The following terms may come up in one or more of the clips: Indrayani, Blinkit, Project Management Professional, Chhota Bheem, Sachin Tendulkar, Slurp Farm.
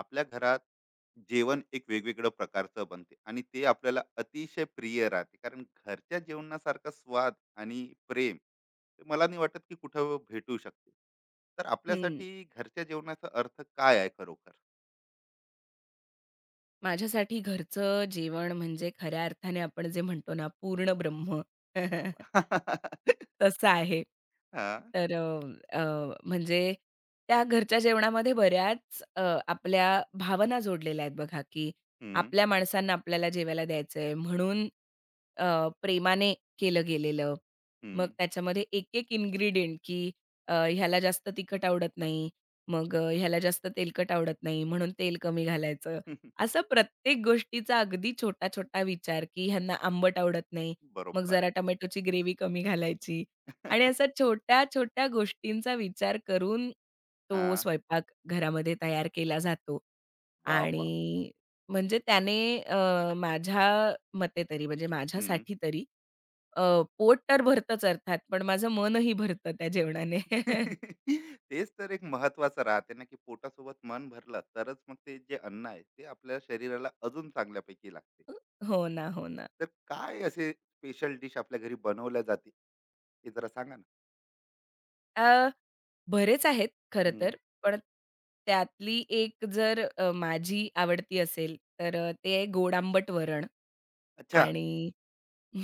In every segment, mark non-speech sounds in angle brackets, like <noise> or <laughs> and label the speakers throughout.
Speaker 1: आपल्या घरात जेवण एक वेगवेगळं प्रकारचं बनते आणि ते आपल्याला अतिशय प्रिय राहते, कारण घरच्या जेवणासारखा स्वाद आणि प्रेम ते मला नाही वाटत की कुठं भेटू शकते. तर
Speaker 2: हं.
Speaker 1: आपल्यासाठी घरच्या जेवणाचा अर्थ काय आहे खरोखर?
Speaker 2: माझ्यासाठी घरचं जेवण म्हणजे खऱ्या अर्थाने आपण जे म्हणतो ना पूर्ण ब्रह्म.
Speaker 1: अरे वा.
Speaker 2: <laughs>
Speaker 1: <laughs>
Speaker 2: तसं आहे.
Speaker 1: हा.
Speaker 2: तर अ, अ, म्हणजे त्या घरच्या जेवणामध्ये बऱ्याच आपल्या भावना जोडलेल्या आहेत बघा, की
Speaker 1: हम्म.
Speaker 2: आपल्या माणसांना आपल्याला जेवायला द्यायचंय म्हणून अ, प्रेमाने केलं गेलेलं. मग
Speaker 1: हम्म.
Speaker 2: त्याच्यामध्ये एक-एक इन्ग्रीडिएंट की ह्याला जास्त तिखट आवडत नाही, मग ह्याला जास्त तेलकट आवडत नाही म्हणून तेल कमी घालायचं.
Speaker 1: <laughs>
Speaker 2: असा प्रत्येक गोष्टीचा अगदी छोटा-छोटा विचार, की ह्यांना आंबट आवडत नाही, मग
Speaker 1: बरोबर.
Speaker 2: जरा टोमॅटोची ग्रेव्ही कमी घालायची आणि अशा
Speaker 1: <laughs>
Speaker 2: छोट्या-छोट्या गोष्टींचा विचार करून तो
Speaker 1: हा.
Speaker 2: स्वयंपाक घरामध्ये तयार केला जातो
Speaker 1: वा वा.
Speaker 2: आणि म्हणजे त्याने माझ्या मते तरी म्हणजे
Speaker 1: हम्म.
Speaker 2: माझ्यासाठी तरी अ, पोट तर भरतंच अर्थात, पण माझं मनही भरतं त्या जेवणाने. <laughs>
Speaker 1: <laughs> तेच तर एक महत्वाचं राहते ना, की पोटासोबत मन भरलं तरच मग ते जे अन्न आहे ते आपल्या शरीराला अजून चांगल्यापैकी लागते.
Speaker 2: हो ना, हो ना.
Speaker 1: तर काय असे स्पेशल डिश आपल्या घरी बनवल्या जाते, हे जरा सांगा ना.
Speaker 2: बरेच आहेत खरं
Speaker 1: हम्म.
Speaker 2: तर. पण त्यातली एक जर माझी आवडती असेल, तर ते आहे गोड आंबट वरण
Speaker 1: अच्छा.
Speaker 2: आणि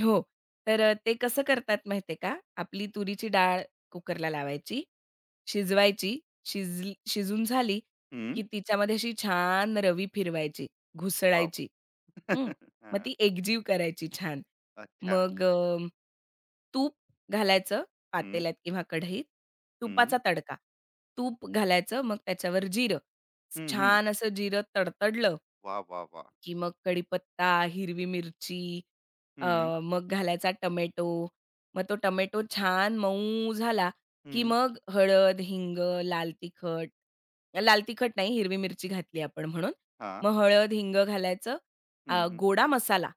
Speaker 2: हो. तर ते कसं करतात माहिती आहे का? आपली तुरीची डाळ कुकरला लावायची, शिजवायची. शिजली शिजून झाली,
Speaker 1: हम्म.
Speaker 2: की तिच्यामध्ये अशी छान रवी फिरवायची,
Speaker 1: वा वा.
Speaker 2: घुसळायची.
Speaker 1: <laughs>
Speaker 2: हं. मग
Speaker 1: हा.
Speaker 2: ती एकजीव करायची छान.
Speaker 1: अच्छा.
Speaker 2: मग तूप घालायचं
Speaker 1: हम्म.
Speaker 2: पातेल्यात किंवा कढईत.
Speaker 1: हम्म.
Speaker 2: तुपाचा तडका. तूप घालायचं मग त्याच्यावर जिरं.
Speaker 1: हम्म. हम्म.
Speaker 2: छान असं जिरं तडतडलं
Speaker 1: वा वा वा.
Speaker 2: की मग कढीपत्ता, हिरवी मिरची, अ,
Speaker 1: हम्म.
Speaker 2: मग घालायचा टोमॅटो. मग तो टोमॅटो छान मऊ झाला, की
Speaker 1: हम्म.
Speaker 2: मग हळद, हिंग, लाल तिखट लाल तिखट नाही, हिरवी मिरची घातली आपण म्हणून.
Speaker 1: हा.
Speaker 2: मग हळद, हिंग घालायचं.
Speaker 1: हम्म. हम्म.
Speaker 2: गोडा मसाला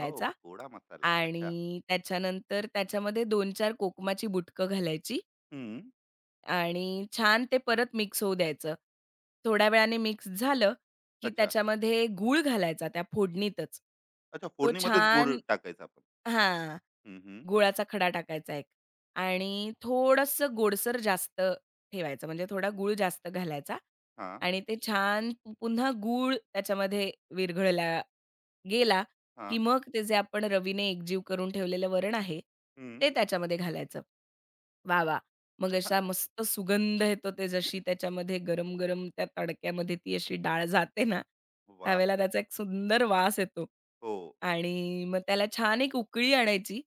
Speaker 1: हो, गोडा मसाला, अच्छा.
Speaker 2: आणि त्याच्यानंतर त्याच्यामध्ये 2-4 कोकमाची बुटकं घालायची
Speaker 1: हम्म.
Speaker 2: आणि छान ते परत मिक्स होऊ द्यायचं. थोड्या वेळाने मिक्स झालं, की
Speaker 1: अच्छा.
Speaker 2: त्याच्यामध्ये गूळ घालायचा त्या फोडणीतच.
Speaker 1: अच्छा,
Speaker 2: तो
Speaker 1: फोडणीमध्येच गोड
Speaker 2: छान
Speaker 1: टाकायचं आपण.
Speaker 2: हां.
Speaker 1: हम्म. हम्म.
Speaker 2: गुळाचा खडा टाकायचा एक आणि थोडंसं गोडसर जास्त ठेवायचं, म्हणजे थोडा गूळ जास्त घालायचा
Speaker 1: हा.
Speaker 2: आणि ते छान पुन्हा गूळ त्याच्यामध्ये विरघळला गेला,
Speaker 1: हा.
Speaker 2: की मग ते जे आपण रवीने एकजीव करून ठेवलेलं वरण आहे,
Speaker 1: हम्म.
Speaker 2: ते त्याच्यामध्ये घालायचं. वाह! वाह! मग असा
Speaker 1: <laughs>
Speaker 2: मस्त सुगंध येतो ते जशी त्याच्यामध्ये गरम-गरम त्या तडक्यामध्ये ती अशी डाळ जाते ना,
Speaker 1: वाह!
Speaker 2: त्यावेळेला त्याचा एक सुंदर वास येतो
Speaker 1: हो.
Speaker 2: आणि मग त्याला छान एक उकळी आणायची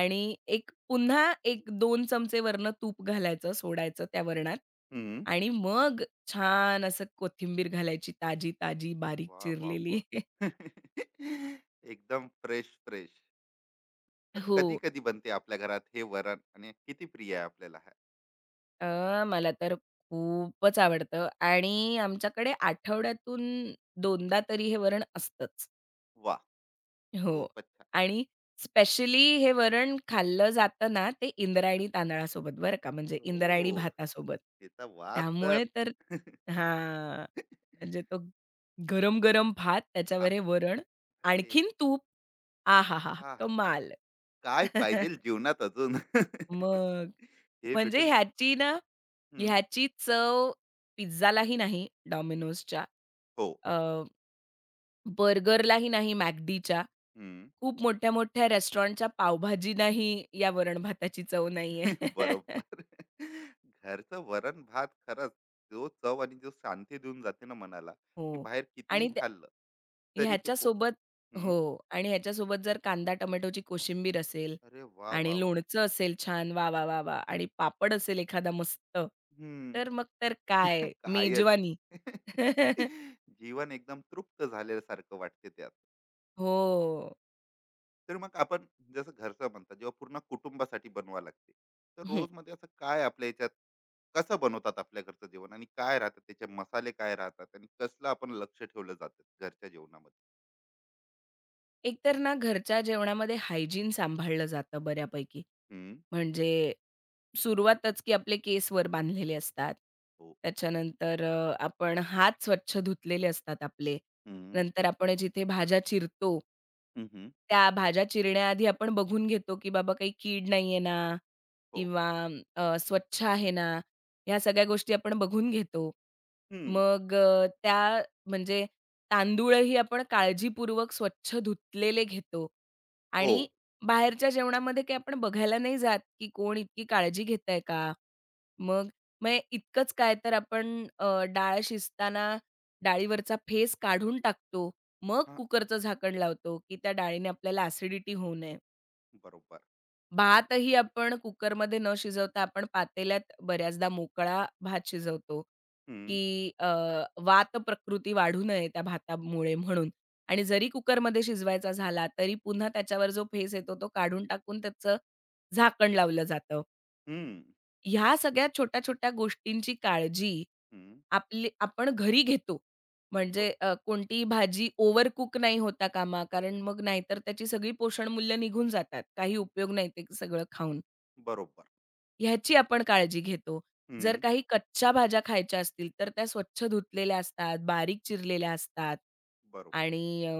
Speaker 2: आणि एक पुन्हा एक दोन चमचे वरनं तूप घालायचं, सोडायचं त्या वरणात
Speaker 1: हं.
Speaker 2: आणि मग छान असं कोथिंबीर घालायची ताजी-ताजी, बारीक
Speaker 1: वाह, वाह,
Speaker 2: चिरलेली. <laughs>
Speaker 1: वाह! <laughs> एकदम फ्रेश, फ्रेश. तर
Speaker 2: हो.
Speaker 1: कधी-कधी बनते आपल्या घरात हे वरण आणि किती प्रिय आहे आपल्याला हे.
Speaker 2: मला तर खूपच आवडतं आणि आमच्याकडे आठवड्यातून दोनदा तरी हे वरण असतंच.
Speaker 1: वाह!
Speaker 2: हो.
Speaker 1: खूपच छान.
Speaker 2: आणि स्पेशली हे वरण खाल्लं जातं ना, ते इंद्रायणी तांदळासोबत बरं का, म्हणजे इंद्रायणी
Speaker 1: हो,
Speaker 2: भातासोबत.
Speaker 1: त्याचा वास तर.
Speaker 2: त्यामुळे तर
Speaker 1: <laughs>
Speaker 2: हां. म्हणजे तो गरम-गरम भात, त्याच्यावर
Speaker 1: भात.
Speaker 2: हे वरण,
Speaker 1: अरे,
Speaker 2: आणखीन तूप. आहाहाहा!
Speaker 1: आहा! आ,
Speaker 2: कमाल.
Speaker 1: काय पाहिजेल
Speaker 2: <laughs>
Speaker 1: जीवनात अजून? <laughs>
Speaker 2: मग
Speaker 1: हे
Speaker 2: म्हणजे
Speaker 1: भेटून.
Speaker 2: ह्याची ना,
Speaker 1: हं.
Speaker 2: ह्याची चव पिझ्झालाही नाही, Domino'sच्या.
Speaker 1: हो.
Speaker 2: अ बर्गरलाही नाही McDच्या.
Speaker 1: हं.
Speaker 2: खूप मोठ्या-मोठ्या रेस्टॉरंटच्या पावभाजीलाही या वरण-भाताची चव नाहीये.
Speaker 1: <laughs>
Speaker 2: <laughs>
Speaker 1: बरोबर. घरचं वरण-भात खरंच जो चव आणि जो शांती देऊन जाते ना मनाला, की
Speaker 2: हो.
Speaker 1: बाहेर कितीही
Speaker 2: आणि त्या
Speaker 1: खाल्लं तरी ते पो.
Speaker 2: ह्याच्यासोबत हो.
Speaker 1: हं.
Speaker 2: आणि ह्याच्यासोबत जर कांदा टोमॅटोची कोशिंबीर असेल
Speaker 1: अरे वा वाह!
Speaker 2: आणि
Speaker 1: वाह!
Speaker 2: लोणचं असेल छान वाह, वाह, वाह, वाह! आणि पापड असेल एखादा मस्त,
Speaker 1: हं.
Speaker 2: तर मग तर काय
Speaker 1: <laughs> कायच.
Speaker 2: मेजवानी.
Speaker 1: आहे.
Speaker 2: <laughs>
Speaker 1: <laughs> जीवन एकदम तृप्त झाल्यासारखं वाटते त्यात.
Speaker 2: हो.
Speaker 1: तर मग आपण, जसं घरचं म्हणतात, जेव्हा पूर्ण कुटुंबासाठी बनवावं लागते. तर
Speaker 2: हं.
Speaker 1: रोजमध्ये असं काय आपल्या ह्याच्यात कसं बनवतात आपल्या घरचं जेवण, आणि काय राहतात त्याचे मसाले, काय राहतात, आणि कसलं आपण लक्ष ठेवलं जातं घरच्या जेवणामध्ये?
Speaker 2: एकतर ना घरच्या जेवणामध्ये हायजीन सांभाळलं जातं बऱ्यापैकी.
Speaker 1: हं.
Speaker 2: म्हणजे सुरुवातच की आपले केस वर बांधलेले असतात.
Speaker 1: हो.
Speaker 2: त्याच्यानंतर आपण हात स्वच्छ धुतलेले असतात आपले.
Speaker 1: हं.
Speaker 2: नंतर आपण जिथे भाज्या चिरतो
Speaker 1: हं.
Speaker 2: त्या भाज्या चिरण्याआधी आपण बघून घेतो, की बाबा काही कीड नाहीये ना
Speaker 1: हो.
Speaker 2: किंवा स्वच्छ आहे ना, ह्या सगळ्या गोष्टी आपण बघून घेतो.
Speaker 1: हं.
Speaker 2: मग अ, त्या म्हणजे तांदूळही आपण काळजीपूर्वक स्वच्छ धुतलेले घेतो
Speaker 1: हो.
Speaker 2: आणि बाहेरच्या जेवणामध्ये काही आपण बघायला नाही जात, की कोण इतकी काळजी घेतंय का? मग मग इतकंच काय तर आपण डाळ शिजताना डाळीवरचा फेस काढून टाकतो. मग
Speaker 1: हां.
Speaker 2: कुकरचं झाकण लावतो, की त्या डाळीने आपल्याला ॲसिडिटी होऊ नये.
Speaker 1: बरोबर.
Speaker 2: भातही आपण कुकरमध्ये न शिजवता आपण पातेल्यात बऱ्याचदा मोकळा भात शिजवतो,
Speaker 1: हं.
Speaker 2: की वात प्रकृती वाढू नये त्या भातामुळे म्हणून. आणि
Speaker 1: वाह!
Speaker 2: जरी कुकरमध्ये शिजवायचा झाला, तरी पुन्हा त्याच्यावर जो फेस येतो तो काढून टाकून त्याचं झाकण लावलं जातं.
Speaker 1: हं.
Speaker 2: ह्या सगळ्या छोट्या-छोट्या गोष्टींची काळजी
Speaker 1: हं.
Speaker 2: आपली आपण घरी घेतो.
Speaker 1: ब
Speaker 2: म्हणजे कोणतीही भाजी ओव्हर कुक नाही होता कामा कारण मग नाहीतर त्याची सगळी पोषणमूल्य निघून जातात. काही उपयोग नाही ते सगळं खाऊन.
Speaker 1: बरोबर.
Speaker 2: ह्याची आपण काळजी घेतो. जर
Speaker 1: हं.
Speaker 2: काही कच्च्या भाज्या खायच्या असतील, तर त्या स्वच्छ धुतलेल्या असतात, बारीक चिरलेल्या असतात
Speaker 1: बरोबर.
Speaker 2: आणि अ,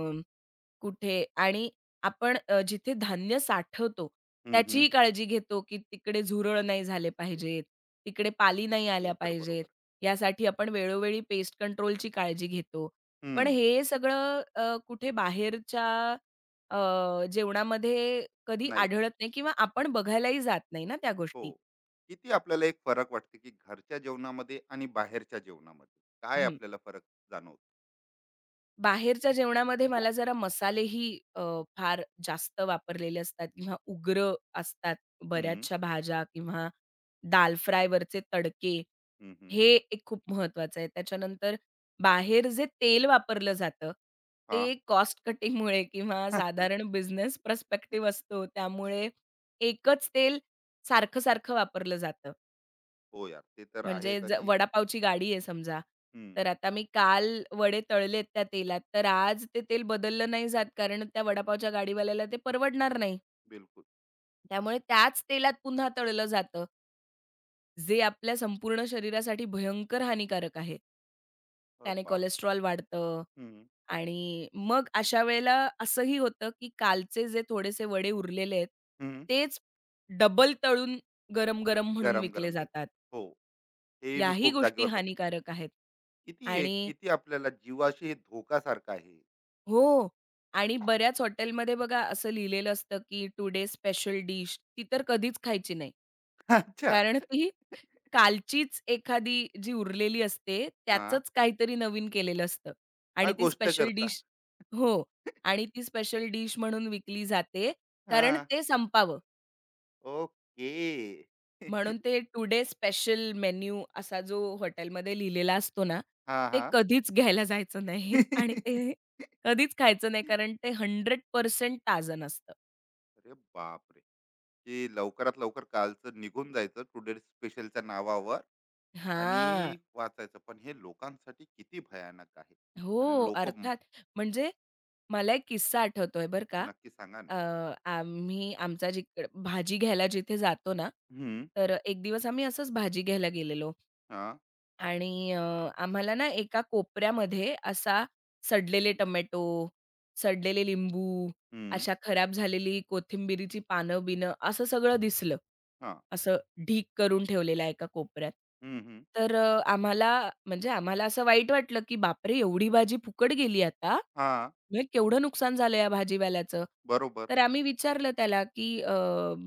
Speaker 2: कुठे आणि आपण जिथे धान्य साठवतो,
Speaker 1: हं, हं.
Speaker 2: त्याचीही काळजी घेतो, की तिकडे झुरळ नाही झाले पाहिजेत, तिकडे पाली नाही
Speaker 1: हे
Speaker 2: आल्या
Speaker 1: तर
Speaker 2: पाहिजेत.
Speaker 1: बरोबर.
Speaker 2: यासाठी आपण वेळोवेळी पेस्ट कंट्रोलची काळजी घेतो.
Speaker 1: हं.
Speaker 2: पण हे सगळं कुठे बाहेरच्या अ, जेवणामध्ये कधी
Speaker 1: नाही.
Speaker 2: आढळत नाही किंवा आपण बघायलाही जात नाही ना त्या गोष्टी.
Speaker 1: हो. किती आपल्याला एक फरक वाटते, की घरच्या जेवणामध्ये आणि बाहेरच्या जेवणामध्ये काय
Speaker 2: हं.
Speaker 1: आपल्याला फरक जाणवतो?
Speaker 2: बाहेरच्या जेवणामध्ये मला जरा मसालेही फार जास्त वापरलेले असतात किंवा उग्र असतात
Speaker 1: हं,
Speaker 2: बऱ्याचशा भाज्या किंवा दाल फ्रायवरचे तडके,
Speaker 1: हं, हं.
Speaker 2: हे एक खूप महत्वाचं आहे. त्याच्यानंतर बाहेर जे तेल वापरलं जातं,
Speaker 1: हां.
Speaker 2: ते कॉस्ट कटिंगमुळे किंवा
Speaker 1: <laughs>
Speaker 2: साधारण बिझनेस पर्स्पेक्टिव्ह असतो त्यामुळे एकच तेल सारखं-सारखं वापरलं जातं.
Speaker 1: हो यार, ते तर
Speaker 2: म्हणजे
Speaker 1: आहेच. आणि
Speaker 2: वडापावची गाडी आहे समजा,
Speaker 1: हं,
Speaker 2: तर आता मी काल वडे तळलेत त्या तेलात, तर आज ते तेल बदललं नाही जात, कारण त्या वडापावच्या गाडीवाल्याला ते परवडणार नाही.
Speaker 1: बिलकुल.
Speaker 2: त्यामुळे त्याच तेलात पुन्हा तळलं जातं, जे आपल्या संपूर्ण शरीरासाठी भयंकर हानिकारक आहे. त्याने
Speaker 1: बाप!
Speaker 2: कोलेस्ट्रॉल वाढतं
Speaker 1: हं,
Speaker 2: आणि मग अशा वेळेला असंही होतं, की कालचे जे थोडेसे वडे उरलेले आहेत,
Speaker 1: हं.
Speaker 2: तेच डबल तळून गरम-गरम म्हणून विकले
Speaker 1: गरम-गरम देतात.
Speaker 2: जातात.
Speaker 1: हो, हेही मी
Speaker 2: याही
Speaker 1: खूप
Speaker 2: गोष्टी
Speaker 1: जागेवर बघितलं.
Speaker 2: हानिकारक आहेत.
Speaker 1: किती एक
Speaker 2: आणि
Speaker 1: किती आपल्याला जीवाशी हे धोकासारखं आहे.
Speaker 2: हो. आणि बऱ्याच हॉटेलमध्ये बघा असं लिहिलेलं असतं, की टुडे स्पेशल डिश ती तर कधीच खायची नाही.
Speaker 1: <laughs> अच्छा.
Speaker 2: कारण ती कालचीच एखादी जी उरलेली असते,
Speaker 1: हां,
Speaker 2: त्याचंच काहीतरी नवीन केलेलं असतं
Speaker 1: काय
Speaker 2: आणि ती
Speaker 1: गोष्ट
Speaker 2: स्पेशल
Speaker 1: करता?
Speaker 2: डिश हो.
Speaker 1: <laughs>
Speaker 2: आणि ती स्पेशल डिश म्हणून विकली जाते कारण
Speaker 1: हां.
Speaker 2: ते संपावं.
Speaker 1: ओके.
Speaker 2: म्हणून
Speaker 1: <laughs>
Speaker 2: ते टुडे स्पेशल मेन्यू असा जो हॉटेलमध्ये लिहिलेला असतो ना,
Speaker 1: हां,
Speaker 2: ते
Speaker 1: हां.
Speaker 2: कधीच घ्यायला जायचं नाही <laughs> आणि
Speaker 1: <laughs>
Speaker 2: ते कधीच खायचं नाही कारण ते 100% ताजं नसतं.
Speaker 1: अरे बापरे! की लवकरात लवकर कालचं निघून जायचं टुडे स्पेशलच्या नावावर
Speaker 2: हां.
Speaker 1: आणि वाचायचं. पण हे लोकांसाठी किती भयानक आहे. आणि
Speaker 2: हो,
Speaker 1: लोकं
Speaker 2: अर्थात. म्हणजे मला एक किस्सा आठवतोय बरं का.
Speaker 1: नक्की सांगा ना.
Speaker 2: अ, आम्ही आमचा भाजी घ्यायला जिथे जातो ना,
Speaker 1: हं,
Speaker 2: तर एक दिवस आम्ही असंच भाजी घ्यायला गेलेलो.
Speaker 1: हां,
Speaker 2: आणि आम्हाला ना एका कोपऱ्यामध्ये असा सडलेले टोमॅटो, सडलेले लिंबू,
Speaker 1: हं,
Speaker 2: अशा खराब झालेली कोथिंबिरीची पानं-बिनं असं सगळं दिसलं.
Speaker 1: हां,
Speaker 2: असं ढीक करून ठेवलेला एका कोपऱ्यात.
Speaker 1: हं, हं,
Speaker 2: तर अ, आम्हाला म्हणजे आम्हाला असं वाईट वाटलं, की बापरे! एवढी भाजी फुकट गेली आता.
Speaker 1: हां,
Speaker 2: म्हणजे केवढं नुकसान झालं या भाजीवाल्याचं.
Speaker 1: बरोबर.
Speaker 2: तर आम्ही विचारलं त्याला, की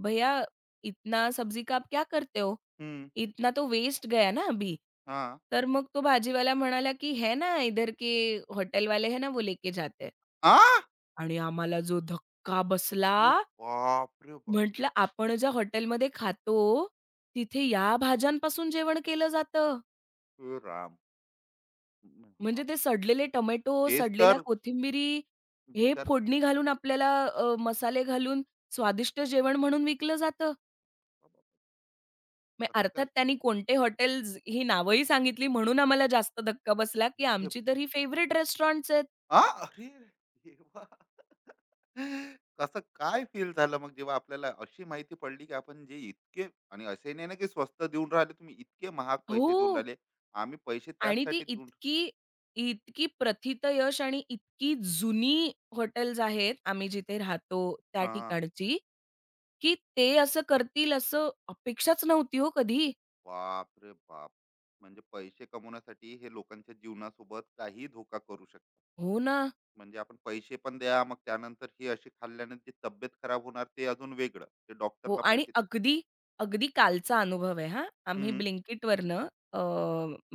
Speaker 2: भैया इतना सब्जी का आप क्या करते हो?"
Speaker 1: हं.
Speaker 2: इतना तो वेस्ट गया ना अभी।
Speaker 1: हां.
Speaker 2: तर मग तो भाजीवाला म्हणाला की "है ना इधर के होटल वाले है ना वो लेके जाते हैं."
Speaker 1: आह!
Speaker 2: आणि आम्हाला जो धक्का बसला,
Speaker 1: अरे बापरे बाप!
Speaker 2: म्हटलं आपण ज्या हॉटेलमध्ये खातो, तिथे या भाज्यांपासून जेवण केलं जातं.
Speaker 1: हे राम! हा,
Speaker 2: म्हणजे ते सडलेले टोमॅटो,
Speaker 1: तेच
Speaker 2: सडलेल्या
Speaker 1: तर
Speaker 2: कोथिंबिरी हे
Speaker 1: विचार,
Speaker 2: फोडणी घालून आपल्याला मसाले घालून स्वादिष्ट जेवण म्हणून विकलं जातं.
Speaker 1: कसं
Speaker 2: मग
Speaker 1: काय,
Speaker 2: अर्थात त्यांनी कोणते हॉटेल्स ही नावंही सांगितली म्हणून आम्हाला जास्त धक्का बसला, की
Speaker 1: हे
Speaker 2: आमची तर ही फेव्हरेट रेस्टॉरंट्स आहेत.
Speaker 1: आ! अरे देवा! कसं काय फील झालं मग जेव्हा आपल्याला अशी माहिती पडली, की आपण जे इतके, आणि असे नाही ना, की स्वस्त देऊन राहिले तुम्ही, इतके महाग पैसे देऊन
Speaker 2: हो.
Speaker 1: राहिले. आम्ही पैसे
Speaker 2: आणि ती
Speaker 1: त्याचसाठी देऊन.
Speaker 2: इतकी प्रथितयश आणि इतकी जुनी हॉटेल्स आहेत, आम्ही जिथे राहतो त्या
Speaker 1: हां.
Speaker 2: ठिकाणची, की ते असं करतील असं अपेक्षाच नव्हती हो कधी.
Speaker 1: बापरे बाप! म्हणजे पैसे कमवण्यासाठी हे लोकांच्या जीवनासोबत काही धोका करू शकतात.
Speaker 2: हो ना.
Speaker 1: म्हणजे आपण पैसे पण द्या, मग त्यानंतर हे असे खाल्ल्याने जे तब्येत खराब होणार ते अजून वेगळं. ते
Speaker 2: हो
Speaker 1: डॉक्टरला
Speaker 2: आणि
Speaker 1: पैसे.
Speaker 2: अगदी, अगदी कालचा अनुभव आहे हां. आम्ही
Speaker 1: हं.
Speaker 2: Blinkitवरनं अ,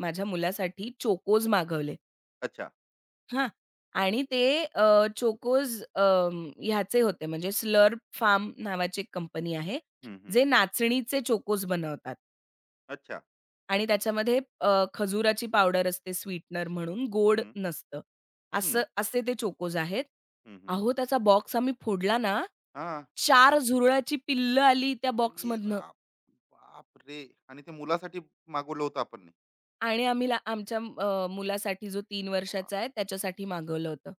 Speaker 2: माझ्या मुलासाठी चोकोज मागवले.
Speaker 1: अच्छा.
Speaker 2: हां. आणि ते चोकोज ह्याचे होते म्हणजे स्लर्प फार्म नावाची एक कंपनी आहे,
Speaker 1: हं, हं.
Speaker 2: जे नाचणीचे चोकोज बनवतात
Speaker 1: अच्छा.
Speaker 2: आणि त्याच्यामध्ये खजुराची पावडर असते स्वीटनर म्हणून, गोड
Speaker 1: हं,
Speaker 2: नसतं.
Speaker 1: हं,
Speaker 2: असं असे ते चोकोज आहेत.
Speaker 1: हं, हं.
Speaker 2: अहो, त्याचा बॉक्स आम्ही फोडला ना,
Speaker 1: हां.
Speaker 2: चार झुरळाची पिल्लं आली त्या
Speaker 1: अरे
Speaker 2: बॉक्समधनं
Speaker 1: राम! बापरे! आणि ते मुलासाठी मागवलं होतं आपण ने.
Speaker 2: आणि आम्ही ला आमच्या मुलासाठी जो 3 वर्षाचा
Speaker 1: बाप!
Speaker 2: आहे त्याच्यासाठी मागवलं होतं.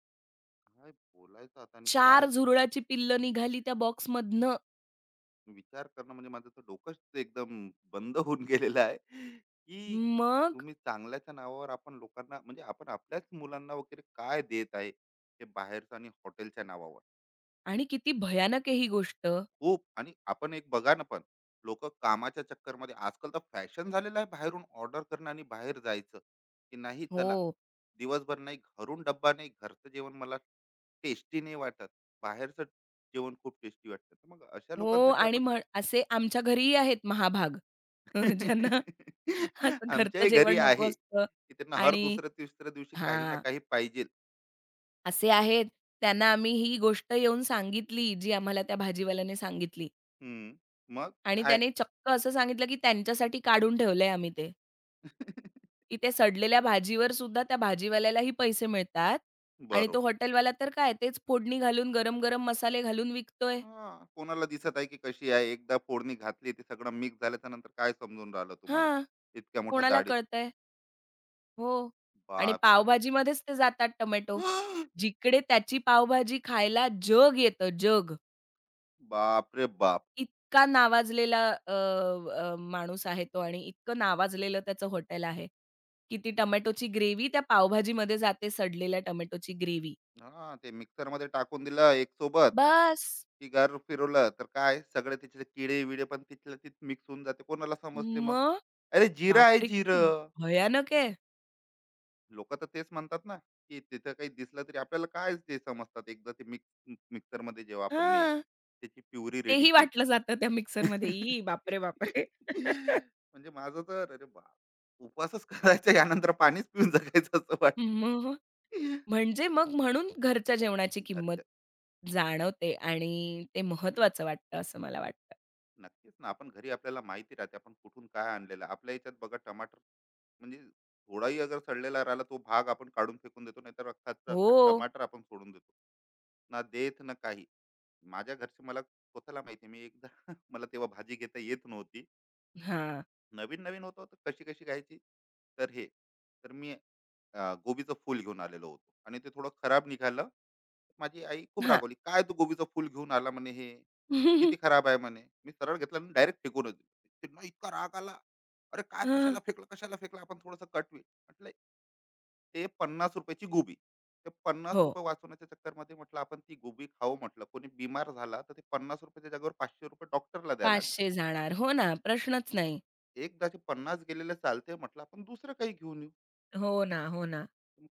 Speaker 1: काय बोलायचं आता, आणि
Speaker 2: 4
Speaker 1: काय
Speaker 2: झुरळाची पिल्लं निघाली त्या बॉक्समधनं.
Speaker 1: विचार करणं, म्हणजे माझं तर डोकंच एकदम बंद होऊन गेलेलं आहे, की
Speaker 2: मग?
Speaker 1: तुम्ही चांगल्याच्या नावावर आपण लोकांना, म्हणजे आपण आपल्याच मुलांना वगैरे काय देत आहे, हे बाहेरचं आणि हॉटेलच्या नावावर.
Speaker 2: आणि किती भयानक आहे ही गोष्ट.
Speaker 1: खूप. आणि आपण एक बघा ना पण, लोक कामाच्या चक्करमध्ये आजकाल तर फॅशन झालेलं आहे बाहेरून ऑर्डर करणं आणि बाहेर जायचं, की नाही चला,
Speaker 2: हो.
Speaker 1: दिवसभर नाही घरून डब्बा, नाही घरचं जेवण मला टेस्टी नाही वाटत, बाहेरचं जेवण खूप टेस्टी वाटतं. तर मग अशा
Speaker 2: हो
Speaker 1: लोकांसाठी
Speaker 2: आणि
Speaker 1: आपण.
Speaker 2: म्हण असे आमच्या घरीही आहेत महाभाग <laughs> ज्यांना
Speaker 1: <laughs>
Speaker 2: असं घरचं
Speaker 1: आमच्याही घरी
Speaker 2: जेवण नको
Speaker 1: आहे
Speaker 2: असतं
Speaker 1: की त्यांना हर
Speaker 2: आणि
Speaker 1: दुसऱ्या तिसऱ्या दिवशी काही ना
Speaker 2: हां,
Speaker 1: काही पाहिजे.
Speaker 2: असे आहेत त्यांना आम्ही ही गोष्ट येऊन सांगितली जी आम्हाला त्या भाजीवाल्याने सांगितली
Speaker 1: हम्म. मग
Speaker 2: आणि
Speaker 1: काय.
Speaker 2: त्याने चक्क असं सांगितलं, की त्यांच्यासाठी काढून ठेवलंय आम्ही ते,
Speaker 1: <laughs>
Speaker 2: की सडलेल्या भाजीवर सुद्धा त्या भाजीवाल्यालाही पैसे मिळतात आणि
Speaker 1: बरोबर.
Speaker 2: तो हॉटेलवाला तर काय तेच फोडणी घालून गरम-गरम मसाले घालून विकतोय.
Speaker 1: हा, कोणाला दिसत आहे की कशी आहे? एकदा फोडणी घातली, ते सगळं मिक्स झाल्याच्या नंतर काय समजून राहिलं तुम्हाला
Speaker 2: हां,
Speaker 1: इतक्या मोठ्या
Speaker 2: कोणाला
Speaker 1: दाढीत?
Speaker 2: कळतंय? हो. आणि
Speaker 1: बाप रे.
Speaker 2: पावभाजीमध्येच ते जातात टोमॅटो.
Speaker 1: <gasps>
Speaker 2: जिकडे त्याची पावभाजी खायला जग येतं, जग.
Speaker 1: बाप रे बाप.
Speaker 2: इतका नावाजलेला अ, अ, माणूस आहे तो आणि इतकं नावाजलेलं त्याचं हॉटेल आहे, की ती टोमॅटोची ग्रेव्ही त्या पावभाजीमध्ये जाते सडलेल्या टोमॅटोची ग्रेव्ही.
Speaker 1: हा, ते मिक्सर मध्ये टाकून दिलं एक सोबत,
Speaker 2: बस!
Speaker 1: की घर फिरवलं, तर काय सगळे तिथले किडे विडे पण तिथल्या तिथ मिक्स होऊन जाते, कोणाला समजते मग?
Speaker 2: मग
Speaker 1: अरे जिरं आहे
Speaker 2: बापरे! किती
Speaker 1: जिरं.
Speaker 2: भयानक आहे.
Speaker 1: लोक तर तेच म्हणतात ना, की तिथं काही दिसलं तरी आपल्याला काय ते समजतात, एकदा ते मिक्स, मिक्सर मध्ये जेव्हा आपण ने
Speaker 2: हां.
Speaker 1: त्याची प्युरी रेडी
Speaker 2: तेही वाटलं
Speaker 1: केली.
Speaker 2: जातं त्या मिक्सरमध्ये. ई
Speaker 1: <laughs>
Speaker 2: बापरे, बापरे! <laughs>
Speaker 1: म्हणजे माझं तर अरे बाप! उपवासच करायचा यानंतर, पाणीच पिऊन जगायचं असं वाटते.
Speaker 2: मग मग म्हणून घरच्या जेवणाची किंमत
Speaker 1: घरच्या
Speaker 2: जाणवते आणि ते महत्वाचं वाटतं असं मला वाटतं.
Speaker 1: नक्कीच ना, आपण घरी आपल्याला माहिती राहते आपण कुठून काय आणलेलं आहे. आपल्या याच्यात बघा टमाटर, म्हणजे थोडाही अगर सडलेला राहिला तो भाग आपण काढून फेकून देतो, नाहीतर अख्खाच्या अख्खा
Speaker 2: हो.
Speaker 1: टमाटर आपण सोडून देतो. ना देत ना काही. माझ्या घरचे मला स्वतःला माहिती. मी एकदा <laughs> मला तेव्हा भाजी घेता येत नव्हती.
Speaker 2: हां.
Speaker 1: नवीन-नवीन होतं, तर कशी-कशी घ्यायची? तर हे, तर मी गोबीचं फूल घेऊन आलेलो होतो आणि ते थोडं खराब निघालं. माझी आई खूप
Speaker 2: हां.
Speaker 1: रागवली, काय तू गोबीचं फूल घेऊन आला म्हणे, हे किती
Speaker 2: <laughs>
Speaker 1: खराब आहे, म्हणे मी सरळ घेतला आणि डायरेक्ट फेकूनच दिलं. त्यांना इतका राग आला, अरे काय
Speaker 2: हां.
Speaker 1: कशाला फेकलं, कशाला फेकलं, आपण थोडंसं कटवी, म्हटलं ते 50 रुपयाची गोबी. ते पन्नास
Speaker 2: हो.
Speaker 1: रुपये वाचवण्याच्या चक्करमध्ये, म्हटलं आपण ती गोबी खाऊ, म्हटलं कोणी बिमार झाला तर ते 50 रुपयाच्या जागेवर 500 रुपये डॉक्टरला द्यायला लागणार.
Speaker 2: 500 जाणार. हो ना, प्रश्नच नाही.
Speaker 1: एकदाचे 50 गेलेले चालते, म्हटलं आपण दुसरं काही घेऊन येऊ.
Speaker 2: हो ना, हो ना.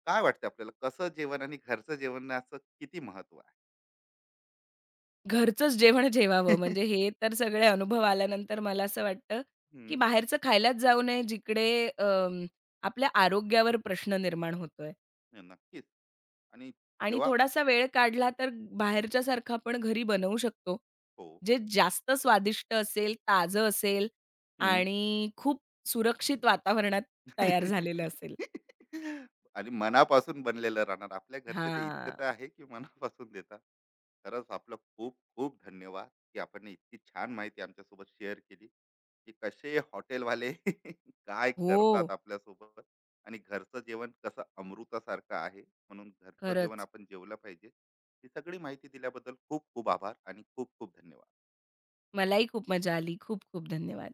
Speaker 1: काय वाटतं आपल्याला, कसं जेवण आणि घरचं जेवणाचं किती महत्व आहे?
Speaker 2: घरचंच जेवण जेवावं म्हणजे हे
Speaker 1: <laughs>
Speaker 2: तर सगळे अनुभव आल्यानंतर मला असं वाटतं, की
Speaker 1: हम्म.
Speaker 2: बाहेरचं खायलाच जाऊ नये जिकडे अ, आपल्या आरोग्यावर प्रश्न निर्माण होतोय.
Speaker 1: नाही, नक्कीच. आणि
Speaker 2: आणि
Speaker 1: जेव्हा,
Speaker 2: थोडासा वेळ काढला तर बाहेरच्यासारखं आपण घरी बनवू शकतो.
Speaker 1: हो.
Speaker 2: जे जास्त स्वादिष्ट असेल, ताजं असेल आणि खूप सुरक्षित वातावरणात तयार झालेलं असेल.
Speaker 1: <laughs> आणि मनापासून बनलेलं राहणार आपल्या घरचे, ते इतकं
Speaker 2: हां.
Speaker 1: तर आहे की मनापासून देतात. खरंच आपलं खूप खूप धन्यवाद, की आपण इतकी छान माहिती आमच्यासोबत शेअर केली, की कसे हॉटेलवाले <laughs> काय करतात
Speaker 2: हो,
Speaker 1: आपल्यासोबत, आणि घरचं जेवण कसं अमृतासारखं आहे, म्हणून घरचं जेवण
Speaker 2: खरंच.
Speaker 1: आपण जेवलं पाहिजे. ही सगळी माहिती दिल्याबद्दल खूप खूप आभार आणि खूप खूप धन्यवाद.
Speaker 2: मलाही खूप मजा आली. खूप खूप धन्यवाद.